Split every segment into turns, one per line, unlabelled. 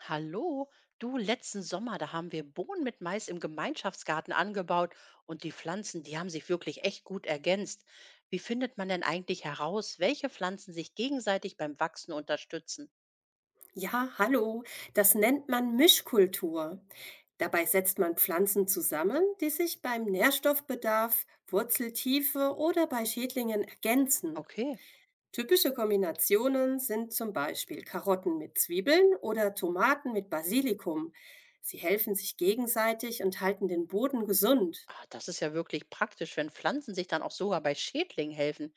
Hallo, du, letzten Sommer, da haben wir Bohnen mit Mais im Gemeinschaftsgarten angebaut und die Pflanzen, die haben sich wirklich echt gut ergänzt. Wie findet man denn eigentlich heraus, welche Pflanzen sich gegenseitig beim Wachsen unterstützen?
Ja, hallo. Das nennt man Mischkultur. Dabei setzt man Pflanzen zusammen, die sich beim Nährstoffbedarf, Wurzeltiefe oder bei Schädlingen ergänzen.
Okay,
Typische Kombinationen sind zum Beispiel Karotten mit Zwiebeln oder Tomaten mit Basilikum. Sie helfen sich gegenseitig und halten den Boden gesund.
ah, das ist ja wirklich praktisch, wenn Pflanzen sich dann auch sogar bei Schädlingen helfen.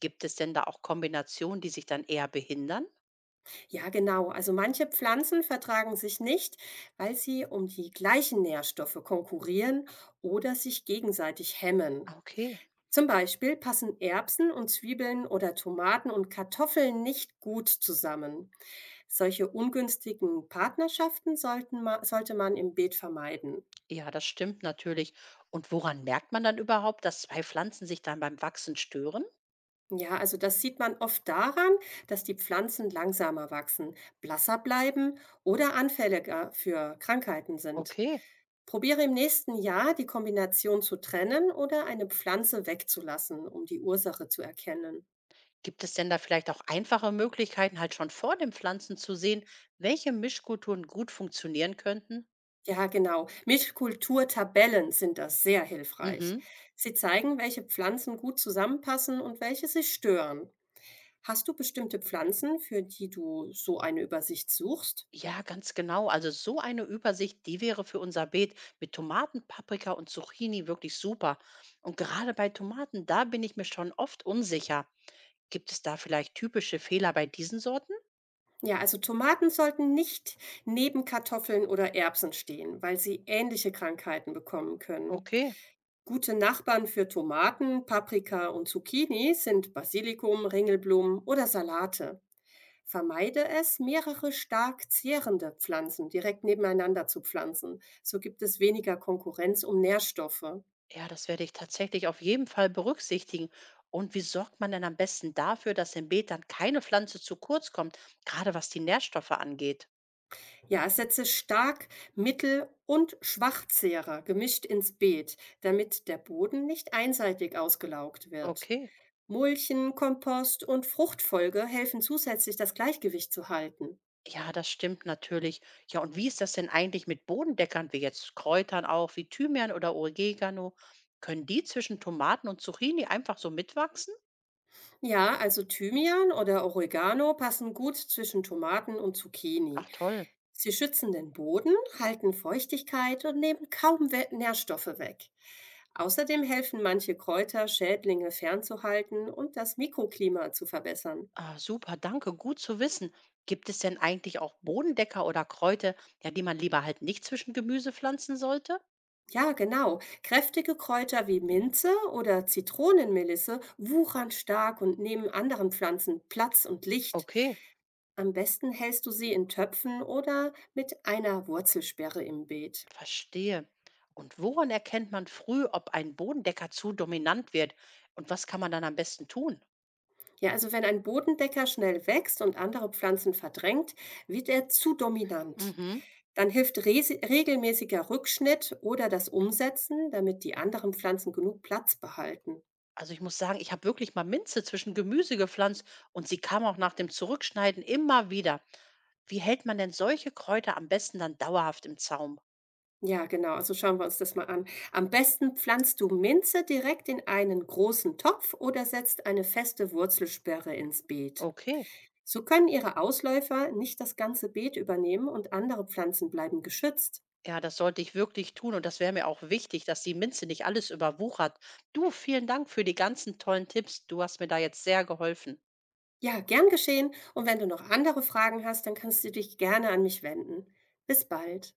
Gibt es denn da auch Kombinationen, die sich dann eher behindern?
Ja, genau. Also manche Pflanzen vertragen sich nicht, weil sie um die gleichen Nährstoffe konkurrieren oder sich gegenseitig hemmen.
Ah, okay,
Zum Beispiel passen Erbsen und Zwiebeln oder Tomaten und Kartoffeln nicht gut zusammen. Solche ungünstigen Partnerschaften sollte man im Beet vermeiden.
ja, das stimmt natürlich. Und woran merkt man dann überhaupt, dass zwei Pflanzen sich dann beim Wachsen stören?
Ja, also das sieht man oft daran, dass die Pflanzen langsamer wachsen, blasser bleiben oder anfälliger für Krankheiten sind.
Okay.
Probiere im nächsten Jahr die Kombination zu trennen oder eine Pflanze wegzulassen, um die Ursache zu erkennen.
Gibt es denn da vielleicht auch einfache Möglichkeiten, halt schon vor dem Pflanzen zu sehen, welche Mischkulturen gut funktionieren könnten?
Ja, genau. Mischkulturtabellen sind da sehr hilfreich.
Mhm.
Sie zeigen, welche Pflanzen gut zusammenpassen und welche sich stören. Hast du bestimmte Pflanzen, für die du so eine Übersicht suchst?
Ja, ganz genau. Also so eine Übersicht, die wäre für unser Beet mit Tomaten, Paprika und Zucchini wirklich super. Und gerade bei Tomaten, da bin ich mir schon oft unsicher. Gibt es da vielleicht typische Fehler bei diesen Sorten?
Ja, also Tomaten sollten nicht neben Kartoffeln oder Erbsen stehen, weil sie ähnliche Krankheiten bekommen können.
Okay.
Gute Nachbarn für Tomaten, Paprika und Zucchini sind Basilikum, Ringelblumen oder Salate. Vermeide es, mehrere stark zehrende Pflanzen direkt nebeneinander zu pflanzen. So gibt es weniger Konkurrenz um Nährstoffe.
Ja, das werde ich tatsächlich auf jeden Fall berücksichtigen. Und wie sorgt man denn am besten dafür, dass im Beet dann keine Pflanze zu kurz kommt, gerade was die Nährstoffe angeht?
Ja, setze stark, mittel und Schwachzehrer gemischt ins Beet, damit der Boden nicht einseitig ausgelaugt wird.
Okay.
Mulchen, Kompost und Fruchtfolge helfen zusätzlich, das Gleichgewicht zu halten.
Ja, das stimmt natürlich. Ja, und wie ist das denn eigentlich mit Bodendeckern, wie jetzt Kräutern auch, wie Thymian oder Oregano? Können die zwischen Tomaten und Zucchini einfach so mitwachsen?
Ja, also Thymian oder Oregano passen gut zwischen Tomaten und Zucchini.
Ach toll.
Sie schützen den Boden, halten Feuchtigkeit und nehmen kaum We Nährstoffe weg. Außerdem helfen manche Kräuter, Schädlinge fernzuhalten und das Mikroklima zu verbessern.
Ah, super, danke, gut zu wissen. Gibt es denn eigentlich auch Bodendecker oder Kräuter, ja, die man lieber halt nicht zwischen Gemüse pflanzen sollte?
Ja, genau. Kräftige Kräuter wie Minze oder Zitronenmelisse wuchern stark und nehmen anderen Pflanzen Platz und Licht.
Okay.
Am besten hältst du sie in Töpfen oder mit einer Wurzelsperre im Beet.
Verstehe. Und woran erkennt man früh, ob ein Bodendecker zu dominant wird? Und was kann man dann am besten tun?
Ja, also wenn ein Bodendecker schnell wächst und andere Pflanzen verdrängt, wird er zu dominant.
Mhm.
Dann hilft regelmäßiger Rückschnitt oder das Umsetzen, damit die anderen Pflanzen genug Platz behalten.
Also ich muss sagen, ich habe wirklich mal Minze zwischen Gemüse gepflanzt und sie kam auch nach dem Zurückschneiden immer wieder. Wie hält man denn solche Kräuter am besten dann dauerhaft im Zaum?
Ja, genau. Also schauen wir uns das mal an. Am besten pflanzt du Minze direkt in einen großen Topf oder setzt eine feste Wurzelsperre ins Beet.
Okay,
So können ihre Ausläufer nicht das ganze Beet übernehmen und andere Pflanzen bleiben geschützt.
ja, das sollte ich wirklich tun und das wäre mir auch wichtig, dass die Minze nicht alles überwuchert. Du, vielen Dank für die ganzen tollen Tipps. Du hast mir da jetzt sehr geholfen.
Ja, gern geschehen. Und wenn du noch andere Fragen hast, dann kannst du dich gerne an mich wenden. Bis bald.